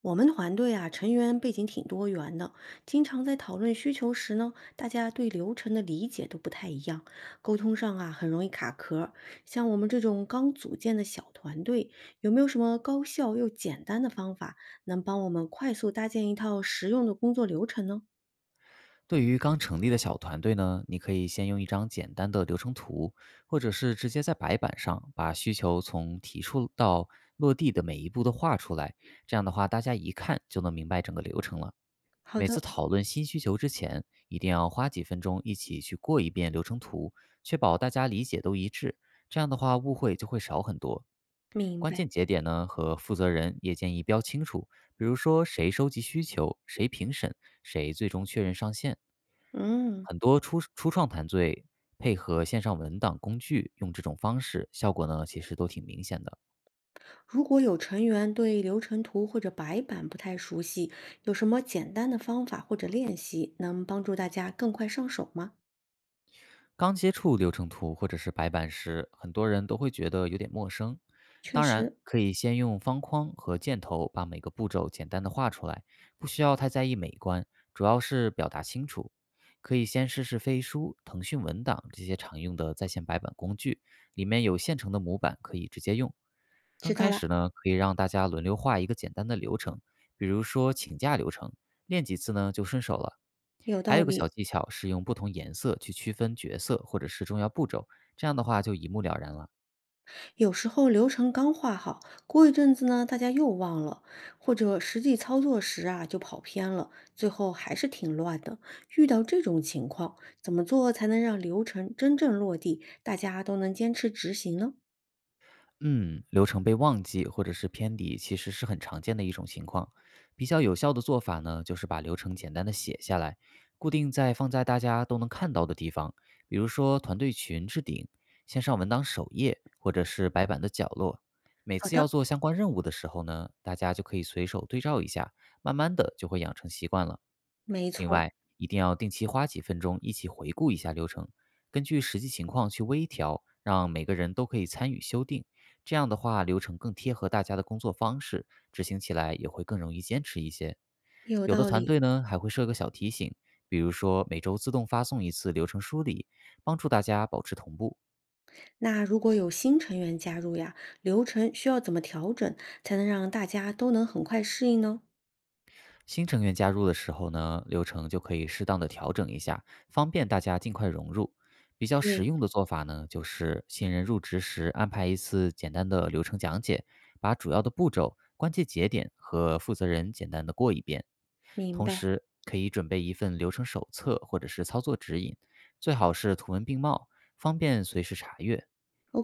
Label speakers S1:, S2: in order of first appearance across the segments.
S1: 我们团队啊，成员背景挺多元的，经常在讨论需求时呢，大家对流程的理解都不太一样，沟通上啊很容易卡壳。像我们这种刚组建的小团队，有没有什么高效又简单的方法，能帮我们快速搭建一套实用的工作流程呢？
S2: 对于刚成立的小团队呢，你可以先用一张简单的流程图，或者是直接在白板上把需求从提出到落地的每一步都画出来。这样的话，大家一看就能明白整个流程了。
S1: 好
S2: 每次
S1: 的，
S2: 讨论新需求之前，一定要花几分钟一起去过一遍流程图，确保大家理解都一致。这样的话，误会就会少很多。
S1: 明
S2: 关
S1: 白。
S2: 键节点呢和负责人也建议标清楚，比如说谁收集需求，谁评审，谁最终确认上线。
S1: 嗯，
S2: 很多初创团队配合线上文档工具，用这种方式，效果呢其实都挺明显的。
S1: 如果有成员对流程图或者白板不太熟悉，有什么简单的方法或者练习能帮助大家更快上手吗？
S2: 刚接触流程图或者是白板时，很多人都会觉得有点陌生。
S1: 确
S2: 当然，
S1: 实，
S2: 可以先用方框和箭头把每个步骤简单的画出来，不需要太在意美观，主要是表达清楚。可以先试试飞书、腾讯文档这些常用的在线白板工具，里面有现成的模板可以直接用。刚
S1: 知道
S2: 开
S1: 了，
S2: 始呢，可以让大家轮流画一个简单的流程，比如说请假流程，练几次呢就顺手了。
S1: 有
S2: 还
S1: 道
S2: 有个小
S1: 理。
S2: 技巧是用不同颜色去区分角色或者是重要步骤，这样的话就一目了然了。
S1: 有时候流程刚画好，过一阵子呢，大家又忘了，或者实际操作时啊就跑偏了，最后还是挺乱的。遇到这种情况，怎么做才能让流程真正落地，大家都能坚持执行呢？
S2: 嗯，流程被忘记或者是偏离，其实是很常见的一种情况。比较有效的做法呢，就是把流程简单的写下来，固定在放在大家都能看到的地方，比如说团队群置顶、线上文档首页，或者是白板的角落。每
S1: 好
S2: 次要
S1: 的，
S2: 做相关任务的时候呢，大家就可以随手对照一下，慢慢的就会养成习惯了。
S1: 没
S2: 另
S1: 错，
S2: 外，一定要定期花几分钟一起回顾一下流程，根据实际情况去微调，让每个人都可以参与修订。这样的话，流程更贴合大家的工作方式，执行起来也会更容易坚持一些。
S1: 有
S2: 有的
S1: 道
S2: 团
S1: 理。
S2: 队呢还会设个小提醒，比如说每周自动发送一次流程梳理，帮助大家保持同步。
S1: 那如果有新成员加入呀，流程需要怎么调整，才能让大家都能很快适应呢？
S2: 新成员加入的时候呢，流程就可以适当的调整一下，方便大家尽快融入。比较实
S1: 对，
S2: 用的做法呢，就是新人入职时安排一次简单的流程讲解，把主要的步骤、关键节点和负责人简单的过一遍。
S1: 明
S2: 同
S1: 白。
S2: 时，可以准备一份流程手册或者是操作指引，最好是图文并茂，方便随时查阅。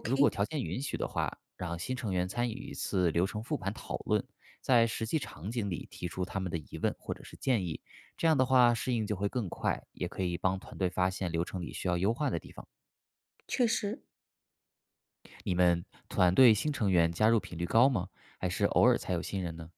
S2: 如果 条件允许的话，让新成员参与一次流程复盘讨论，在实际场景里提出他们的疑问或者是建议，这样的话适应就会更快，也可以帮团队发现流程里需要优化的地方。
S1: 确实。
S2: 你们团队新成员加入频率高吗？还是偶尔才有新人呢？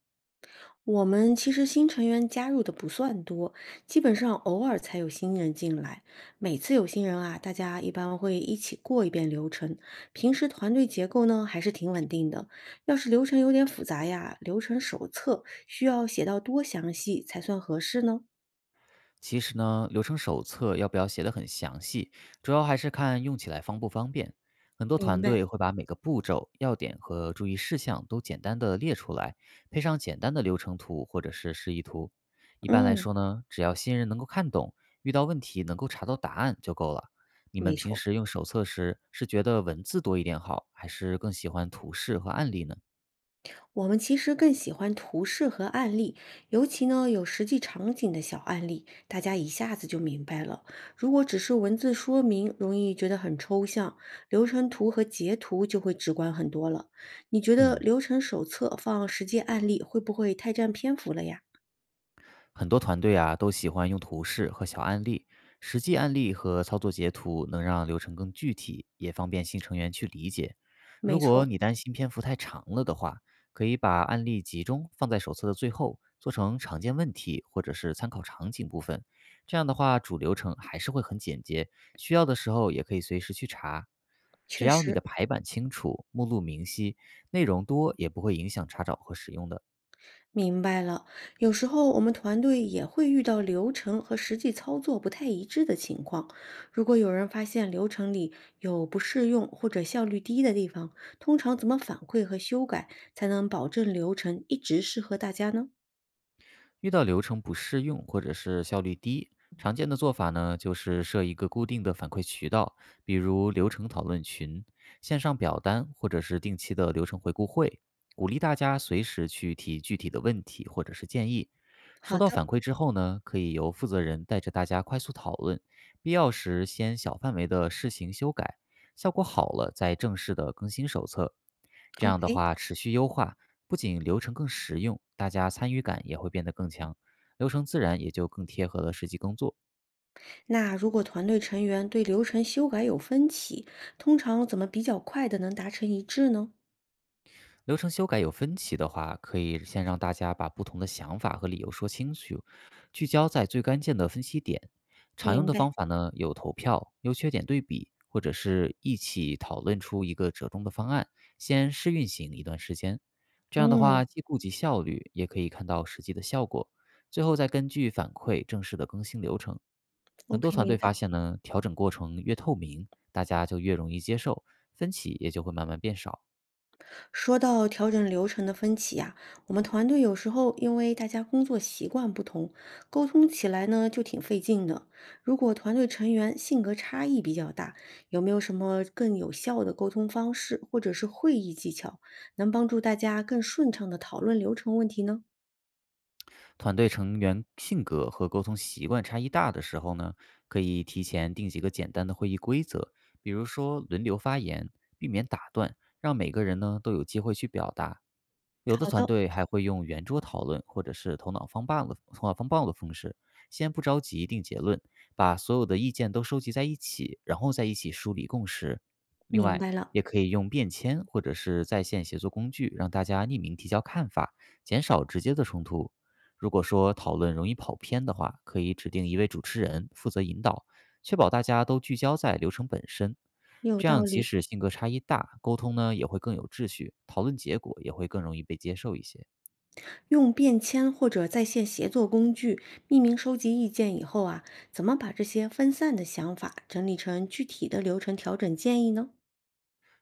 S1: 我们其实新成员加入的不算多，基本上偶尔才有新人进来。每次有新人啊，大家一般会一起过一遍流程。平时团队结构呢还是挺稳定的，要是流程有点复杂呀，流程手册需要写到多详细才算合适呢？
S2: 其实呢，流程手册要不要写得很详细，主要还是看用起来方不方便。很多
S1: 明
S2: 团
S1: 白。
S2: 队会把每个步骤、要点和注意事项都简单的列出来，配上简单的流程图或者是示意图。一般来
S1: 嗯，
S2: 说呢，只要新人能够看懂，遇到问题能够查到答案就够了。你们
S1: 没
S2: 平
S1: 错。
S2: 时用手册时，是觉得文字多一点好，还是更喜欢图示和案例呢？
S1: 我们其实更喜欢图示和案例，尤其呢有实际场景的小案例，大家一下子就明白了。如果只是文字说明，容易觉得很抽象，流程图和截图就会直观很多了。你觉得
S2: 嗯。
S1: 流程手册放实际案例会不会太占篇幅了呀？
S2: 很多团队啊都喜欢用图示和小案例，实际案例和操作截图能让流程更具体，也方便新成员去理解。
S1: 没
S2: 如
S1: 错
S2: 果
S1: 儿。
S2: 你担心篇幅太长了的话，可以把案例集中放在手册的最后，做成常见问题或者是参考场景部分。这样的话，主流程还是会很简洁，需要的时候也可以随时去查。只
S1: 确
S2: 要你
S1: 实。
S2: 的排版清楚，目录明晰，内容多也不会影响查找和使用的。
S1: 明白了，有时候我们团队也会遇到流程和实际操作不太一致的情况。如果有人发现流程里有不适用或者效率低的地方，通常怎么反馈和修改才能保证流程一直适合大家呢？
S2: 遇到流程不适用或者是效率低，常见的做法呢，就是设一个固定的反馈渠道，比如流程讨论群、线上表单，或者是定期的流程回顾会，鼓励大家随时去提具体的问题或者是建议。
S1: 好
S2: 收到
S1: 的
S2: 反馈之后呢，可以由负责人带着大家快速讨论，必要时先小范围的试行修改，效果好了再正式的更新手册。这样的
S1: ，OK。
S2: 话，持续优化，不仅流程更实用，大家参与感也会变得更强，流程自然也就更贴合了实际工作。
S1: 那如果团队成员对流程修改有分歧，通常怎么比较快的能达成一致呢？
S2: 流程修改有分歧的话，可以先让大家把不同的想法和理由说清楚，聚焦在最关键的分析点。常用
S1: 明
S2: 的方
S1: 白。
S2: 法呢，有投票、优缺点对比，或者是一起讨论出一个折中的方案，先试运行一段时间。这样的
S1: 嗯
S2: 话，既顾及效率，也可以看到实际的效果，最后再根据反馈正式的更新流程。很多
S1: ，OK，
S2: 团
S1: 明
S2: 队
S1: 白。
S2: 发现呢，调整过程越透明，大家就越容易接受，分歧也就会慢慢变少。
S1: 说到调整流程的分歧呀、我们团队有时候因为大家工作习惯不同，沟通起来呢就挺费劲的。如果团队成员性格差异比较大，有没有什么更有效的沟通方式或者是会议技巧，能帮助大家更顺畅的讨论流程问题呢？
S2: 团队成员性格和沟通习惯差异大的时候呢，可以提前定几个简单的会议规则，比如说轮流发言，避免打断，让每个人呢都有机会去表达。有的
S1: 好
S2: 团
S1: 的，
S2: 队还会用圆桌讨论或者是头脑风暴的方式，先不着急定结论，把所有的意见都收集在一起，然后再一起梳理共识。另
S1: 明
S2: 外，
S1: 白了。
S2: 也可以用便签或者是在线协作工具，让大家匿名提交看法，减少直接的冲突。如果说讨论容易跑偏的话，可以指定一位主持人负责引导，确保大家都聚焦在流程本身。
S1: 有
S2: 这
S1: 道
S2: 样，即
S1: 理，
S2: 使性格差异大，沟通呢也会更有秩序，讨论结果也会更容易被接受一些。
S1: 用便签或者在线协作工具匿名收集意见以后啊，怎么把这些分散的想法整理成具体的流程调整建议呢？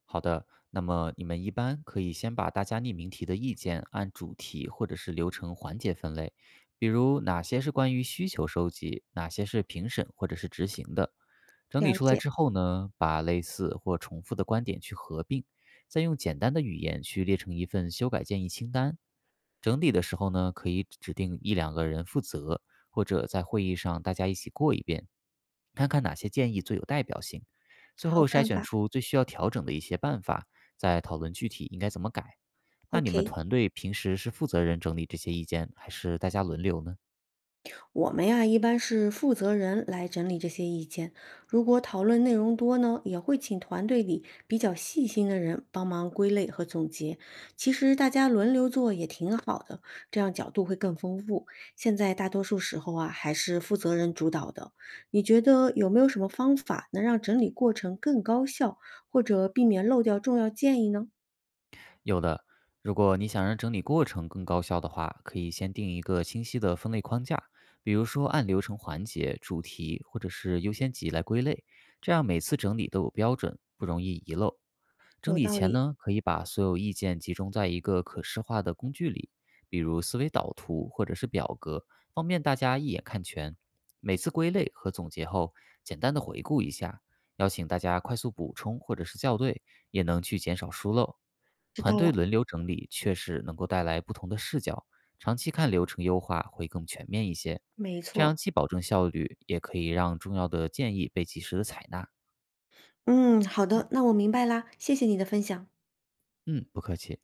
S2: 好的，那么你们一般可以先把大家匿名提的意见按主题或者是流程环节分类，比如哪些是关于需求收集，哪些是评审或者是执行的。整理
S1: 了
S2: 出来
S1: 解，
S2: 之后呢，把类似或重复的观点去合并，再用简单的语言去列成一份修改建议清单。整理的时候呢，可以指定一两个人负责，或者在会议上大家一起过一遍，看看哪些建议最有代表性。最
S1: 好
S2: 后筛
S1: 办
S2: 选
S1: 法
S2: 出最需要调整的一些办法，再讨论具体应该怎么改。那你们
S1: ，OK。
S2: 团队平时是负责人整理这些意见，还是大家轮流呢？
S1: 我们呀，一般是负责人来整理这些意见。如果讨论内容多呢，也会请团队里比较细心的人帮忙归类和总结。其实大家轮流做也挺好的，这样角度会更丰富。现在大多数时候啊，还是负责人主导的。你觉得有没有什么方法能让整理过程更高效，或者避免漏掉重要建议呢？
S2: 有的，如果你想让整理过程更高效的话，可以先定一个清晰的分类框架，比如说按流程环节、主题或者是优先级来归类，这样每次整理都有标准，不容易遗漏。整
S1: 有
S2: 理
S1: 道
S2: 前
S1: 理，
S2: 呢，可以把所有意见集中在一个可视化的工具里，比如思维导图或者是表格，方便大家一眼看全。每次归类和总结后，简单的回顾一下，邀请大家快速补充或者是校对，也能去减少疏漏。
S1: 知
S2: 团
S1: 道
S2: 队
S1: 了。
S2: 轮流整理，确实能够带来不同的视角，长期看流程优化会更全面一些。
S1: 没
S2: 这
S1: 错，
S2: 样既保证效率，也可以让重要的建议被及时的采纳。
S1: 嗯，好的，那我明白啦，谢谢你的分享。
S2: 嗯，不客气。